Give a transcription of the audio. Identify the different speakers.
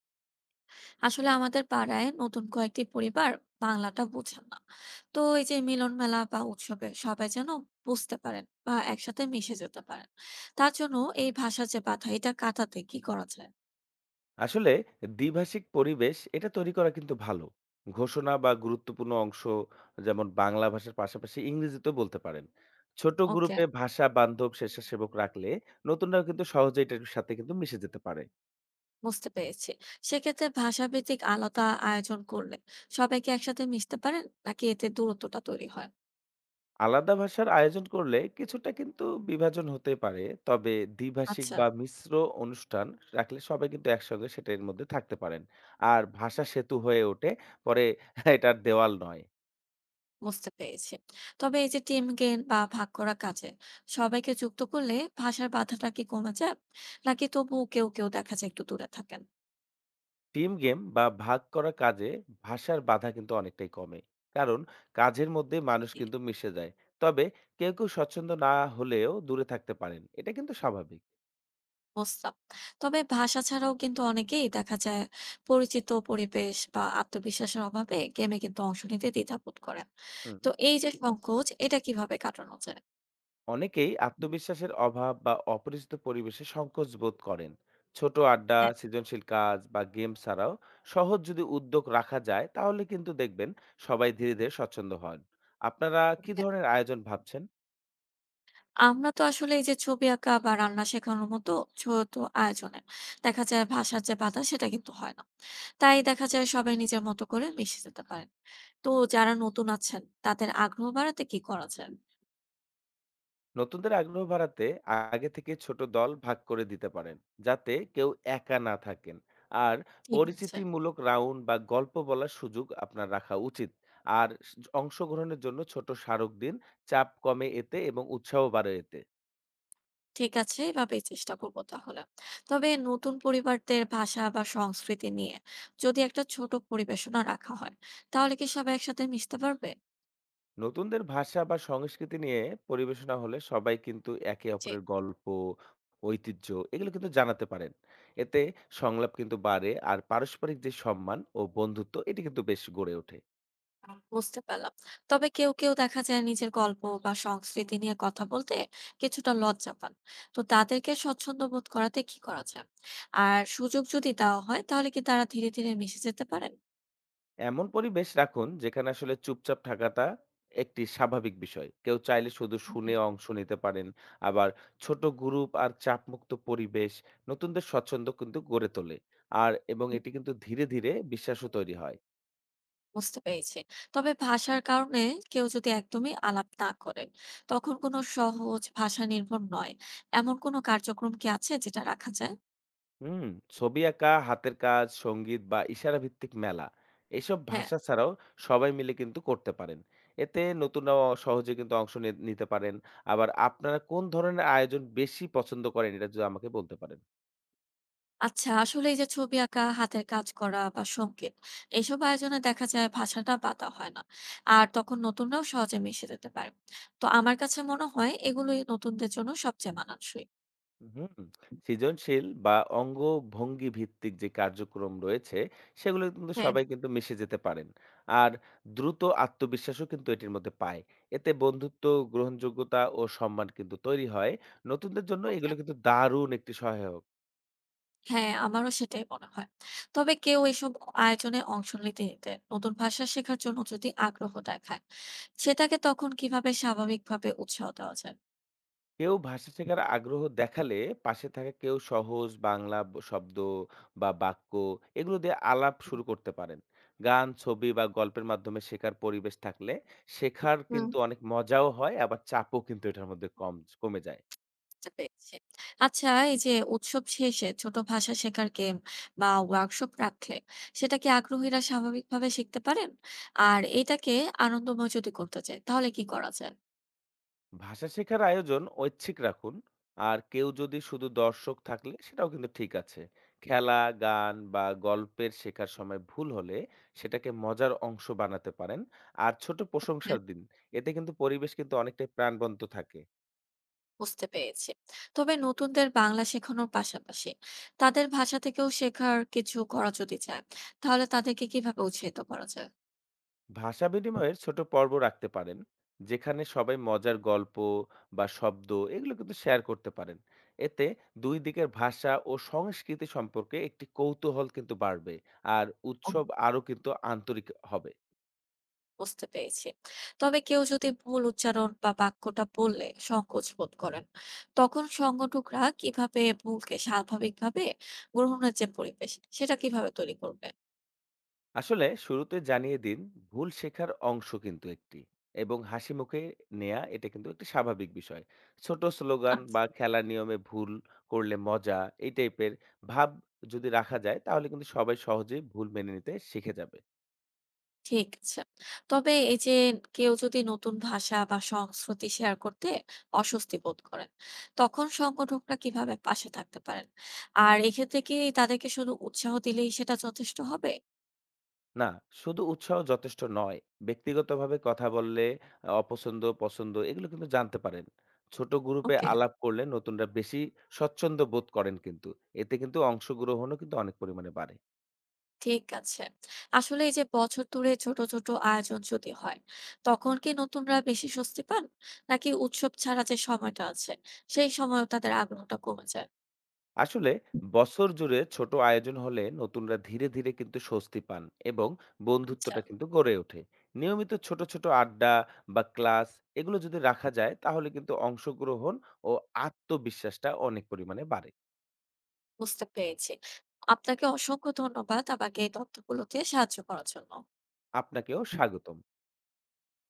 Speaker 1: আসলে আমাদের পাড়ায় নতুন কয়েকটি পরিবার বাংলাটা বোঝেন না। তো এই যে মিলন মেলা বা উৎসবে সবাই যেন বুঝতে পারেন বা একসাথে মিশে যেতে পারেন, তার জন্য এই ভাষার যে বাধা এটা কাটাতে কি করা যায়?
Speaker 2: আসলে দ্বিভাষিক পরিবেশ এটা তৈরি করা কিন্তু ভালো। ঘোষণা বা গুরুত্বপূর্ণ অংশ যেমন বাংলা ভাষার পাশাপাশি ইংরেজিতে বলতে পারেন। ছোট
Speaker 1: ওকে,
Speaker 2: গ্রুপে ভাষা বান্ধব স্বেচ্ছাসেবক রাখলে নতুনরা কিন্তু সহজে এটার সাথে কিন্তু মিশে যেতে পারে।
Speaker 1: বুঝতে পেরেছি। সেক্ষেত্রে ভাষাভিত্তিক আলাদা আয়োজন করলে সবাইকে একসাথে মিশতে পারেন নাকি এতে দূরত্বটা তৈরি হয়?
Speaker 2: আলাদা ভাষার আয়োজন করলে কিছুটা কিন্তু বিভাজন হতে পারে, তবে দ্বিভাষিক
Speaker 1: আচ্ছা,
Speaker 2: বা মিশ্র অনুষ্ঠান রাখলে সবাই কিন্তু একসঙ্গে সেটার মধ্যে থাকতে পারেন, আর ভাষা সেতু হয়ে ওঠে পরে, এটার দেওয়াল নয়।
Speaker 1: বুঝতে পেরেছি। তবে এই যে টিম গেম বা ভাগ করা কাজে সবাইকে যুক্ত করলে ভাষার বাধাটা কি কমে যায়? নাকি তবুও কেউ কেউ দেখা যায় একটু দূরে থাকেন?
Speaker 2: টিম গেম বা ভাগ করা কাজে ভাষার বাধা কিন্তু অনেকটাই কমে, কারণ কাজের মধ্যে মানুষ
Speaker 1: জি,
Speaker 2: কিন্তু মিশে যায়। তবে কেউ কেউ স্বচ্ছন্দ না হলেও দূরে থাকতে পারেন, এটা কিন্তু স্বাভাবিক।
Speaker 1: বুঝলাম। তবে ভাষা ছাড়াও কিন্তু অনেকেই দেখা যায় পরিচিত পরিবেশ বা আত্মবিশ্বাসের অভাবে গেমে কিন্তু অংশ নিতে দ্বিধাবোধ করেন।
Speaker 2: হুম
Speaker 1: তো এই যে সংকোচ এটা কিভাবে কাটানো যায়?
Speaker 2: অনেকেই আত্মবিশ্বাসের অভাব বা অপরিচিত পরিবেশে সংকোচ বোধ করেন। ছোট আড্ডা,
Speaker 1: হ্যাঁ,
Speaker 2: সৃজনশীল কাজ বা গেম ছাড়াও সহজ যদি উদ্যোগ রাখা যায় তাহলে কিন্তু দেখবেন সবাই ধীরে ধীরে স্বচ্ছন্দ হন। আপনারা কি ধরনের আয়োজন ভাবছেন?
Speaker 1: আমরা তো আসলে এই যে ছবি আঁকা বা রান্না শেখানোর মতো ছোট আয়োজনে দেখা যায় ভাষার যে বাধা সেটা কিন্তু হয় না। তাই দেখা যায় সবাই নিজের মতো করে মিশে যেতে পারেন। তো যারা নতুন আছেন তাদের আগ্রহ বাড়াতে কি করা যায়?
Speaker 2: নতুনদের আগ্রহ বাড়াতে আগে থেকে ছোট দল ভাগ করে দিতে পারেন, যাতে কেউ একা না থাকেন। আর
Speaker 1: ঠিক আছে,
Speaker 2: পরিচিতিমূলক রাউন্ড বা গল্প বলার সুযোগ আপনার রাখা উচিত। আর অংশগ্রহণের জন্য ছোট স্মারক দিন। চাপ কমে এতে এবং উৎসাহ বাড়ে এতে।
Speaker 1: ঠিক আছে, এভাবেই চেষ্টা করবো তাহলে। তবে নতুন পরিবারদের ভাষা বা সংস্কৃতি নিয়ে যদি একটা ছোট পরিবেশনা রাখা হয় তাহলে কি সবাই একসাথে মিশতে পারবে?
Speaker 2: নতুনদের ভাষা বা সংস্কৃতি নিয়ে পরিবেশনা হলে সবাই কিন্তু একে অপরের গল্প, ঐতিহ্য এগুলো কিন্তু জানাতে পারেন। এতে সংলাপ কিন্তু বাড়ে, আর পারস্পরিক যে সম্মান ও বন্ধুত্ব এটি কিন্তু বেশ গড়ে ওঠে।
Speaker 1: আ, বুঝতে পারলাম। তবে কেউ, কেউ দেখা যায় নিজের গল্প বা সংস্কৃতি নিয়ে কথা বলতে কিছুটা লজ্জা পান। তো তাদেরকে স্বচ্ছন্দ বোধ করাতে কি করা যায়? আর সুযোগ যদি দেওয়া হয় তাহলে কি তারা ধীরে, ধীরে মিশে যেতে পারেন?
Speaker 2: এমন পরিবেশ রাখুন যেখানে আসলে চুপচাপ থাকাটা একটি স্বাভাবিক বিষয়। কেউ চাইলে শুধু
Speaker 1: ওকে।
Speaker 2: শুনে অংশ নিতে পারেন। আবার ছোট গ্রুপ আর চাপমুক্ত পরিবেশ নতুনদের স্বচ্ছন্দ কিন্তু গড়ে তোলে। এবং এটি কিন্তু ধীরে ধীরে বিশ্বাসও তৈরি হয়।
Speaker 1: বুঝতে পেরেছি। তবে ভাষার কারণে কেউ যদি একদমই আলাপ না করে, তখন কোনো সহজ ভাষা নির্ভর নয়। এমন কোনো কার্যক্রম কি আছে যেটা রাখা যায়?
Speaker 2: হুম, ছবি আঁকা, হাতের কাজ, সংগীত বা ইশারা ভিত্তিক মেলা এসব
Speaker 1: হ্যাঁ।
Speaker 2: ভাষা ছাড়াও সবাই মিলে কিন্তু করতে পারেন। এতে নতুনরাও সহজে কিন্তু অংশ নিতে পারেন। আবার আপনারা কোন ধরনের আয়োজন বেশি পছন্দ করেন এটা যদি আমাকে বলতে পারেন?
Speaker 1: আচ্ছা, আসলে এই যে ছবি আঁকা, হাতের কাজ করা বা সংগীত, এইসব আয়োজনে দেখা যায় ভাষাটা বাধা হয় না। আর তখন নতুনরাও সহজে মিশে যেতে পারে। তো আমার কাছে মনে হয় এগুলোই নতুনদের জন্য সবচেয়ে মানানসই।
Speaker 2: হুম, সৃজনশীল বা অঙ্গভঙ্গি ভিত্তিক যে কার্যক্রম রয়েছে সেগুলো কিন্তু
Speaker 1: হ্যাঁ।
Speaker 2: সবাই কিন্তু মিশে যেতে পারেন, আর দ্রুত আত্মবিশ্বাসও কিন্তু এটির মধ্যে পায়। এতে বন্ধুত্ব, গ্রহণযোগ্যতা ও সম্মান কিন্তু তৈরি হয়। নতুনদের জন্য
Speaker 1: ওকে।
Speaker 2: এগুলো কিন্তু দারুণ একটি সহায়ক।
Speaker 1: হ্যাঁ, আমারও সেটাই মনে হয়। তবে কেউ এসব আয়োজনে অংশ নিতে নিতে নতুন ভাষা শেখার জন্য যদি আগ্রহ দেখায়, সেটাকে তখন কিভাবে স্বাভাবিকভাবে উৎসাহ দেওয়া যায়?
Speaker 2: কেউ ভাষা শেখার আগ্রহ দেখালে পাশে থাকা কেউ সহজ বাংলা শব্দ বা বাক্য এগুলো দিয়ে আলাপ শুরু করতে পারেন। গান, ছবি বা গল্পের মাধ্যমে শেখার পরিবেশ থাকলে শেখার
Speaker 1: হুম,
Speaker 2: কিন্তু অনেক মজাও হয়, আবার চাপও কিন্তু এটার মধ্যে কম কমে যায়।
Speaker 1: বুঝতে পেরেছি। আচ্ছা, এই যে উৎসব শেষে ছোট ভাষা শেখার গেম বা ওয়ার্কশপ রাখলে সেটা কি আগ্রহীরা স্বাভাবিকভাবে শিখতে পারেন? আর এটাকে আনন্দময় যদি করতে চায় তাহলে কি করা যায়?
Speaker 2: ভাষা শেখার আয়োজন ঐচ্ছিক রাখুন, আর কেউ যদি শুধু দর্শক থাকলে সেটাও কিন্তু ঠিক আছে। খেলা, গান বা গল্পের শেখার সময় ভুল হলে সেটাকে মজার অংশ বানাতে পারেন, আর ছোট
Speaker 1: হুম।
Speaker 2: প্রশংসার দিন। এতে কিন্তু পরিবেশ কিন্তু অনেকটাই প্রাণবন্ত থাকে।
Speaker 1: বুঝতে পেরেছি। তবে নতুনদের বাংলা শেখানোর পাশাপাশি তাদের ভাষা থেকেও শেখার কিছু করা যদি চায় তাহলে তাদেরকে কিভাবে উৎসাহিত করা
Speaker 2: ভাষা বিনিময়ের ছোট পর্ব রাখতে পারেন, যেখানে সবাই মজার
Speaker 1: যায়?
Speaker 2: গল্প বা শব্দ এগুলো কিন্তু শেয়ার করতে পারেন। এতে দুই দিকের ভাষা ও সংস্কৃতি সম্পর্কে একটি কৌতূহল কিন্তু বাড়বে, আর উৎসব আরো কিন্তু আন্তরিক হবে।
Speaker 1: বুঝতে পেরেছি। তবে কেউ যদি ভুল উচ্চারণ বা বাক্যটা বললে সংকোচ বোধ করেন, তখন সংগঠকরা কিভাবে ভুলকে স্বাভাবিকভাবে গ্রহণের যে পরিবেশ, সেটা কিভাবে তৈরি করবে?
Speaker 2: আসলে শুরুতে জানিয়ে দিন, ভুল শেখার অংশ কিন্তু একটি এবং হাসি মুখে নেয়া এটা কিন্তু একটা স্বাভাবিক বিষয়। ছোট স্লোগান
Speaker 1: আচ্ছা,
Speaker 2: বা খেলার নিয়মে ভুল করলে মজা, এই টাইপের ভাব যদি রাখা যায় তাহলে কিন্তু সবাই সহজেই ভুল মেনে নিতে শিখে যাবে।
Speaker 1: ঠিক আছে। তবে এই যে কেউ যদি নতুন ভাষা বা সংস্কৃতি শেয়ার করতে অস্বস্তি বোধ করেন, তখন সংগঠকরা কিভাবে পাশে থাকতে পারেন? আর এক্ষেত্রে কি তাদেরকে শুধু উৎসাহ দিলেই সেটা যথেষ্ট হবে?
Speaker 2: না, শুধু উৎসাহ যথেষ্ট নয়। ব্যক্তিগতভাবে কথা বললে অপছন্দ পছন্দ এগুলো কিন্তু জানতে পারেন। ছোট গ্রুপে
Speaker 1: ওকে।
Speaker 2: আলাপ করলে নতুনরা বেশি স্বচ্ছন্দ বোধ করেন কিন্তু, এতে কিন্তু অংশগ্রহণও কিন্তু অনেক পরিমাণে বাড়ে।
Speaker 1: ঠিক আছে। আসলে এই যে বছর ধরে ছোট, ছোট আয়োজন যদি হয়, তখন কি নতুনরা বেশি স্বস্তি পান? নাকি উৎসব ছাড়া যে সময়টা আছে, সেই সময়ও তাদের আগ্রহটা কমে যায়?
Speaker 2: আসলে বছর জুড়ে ছোট আয়োজন হলে নতুনরা ধীরে ধীরে কিন্তু স্বস্তি পান এবং
Speaker 1: আচ্ছা,
Speaker 2: বন্ধুত্বটা কিন্তু গড়ে ওঠে। নিয়মিত ছোট ছোট আড্ডা বা ক্লাস এগুলো যদি রাখা যায় তাহলে কিন্তু অংশগ্রহণ ও আত্মবিশ্বাসটা অনেক পরিমাণে বাড়ে।
Speaker 1: বুঝতে পেরেছি। আপনাকে অসংখ্য ধন্যবাদ আমাকে এই তথ্যগুলো দিয়ে সাহায্য করার জন্য।
Speaker 2: আপনাকেও স্বাগতম।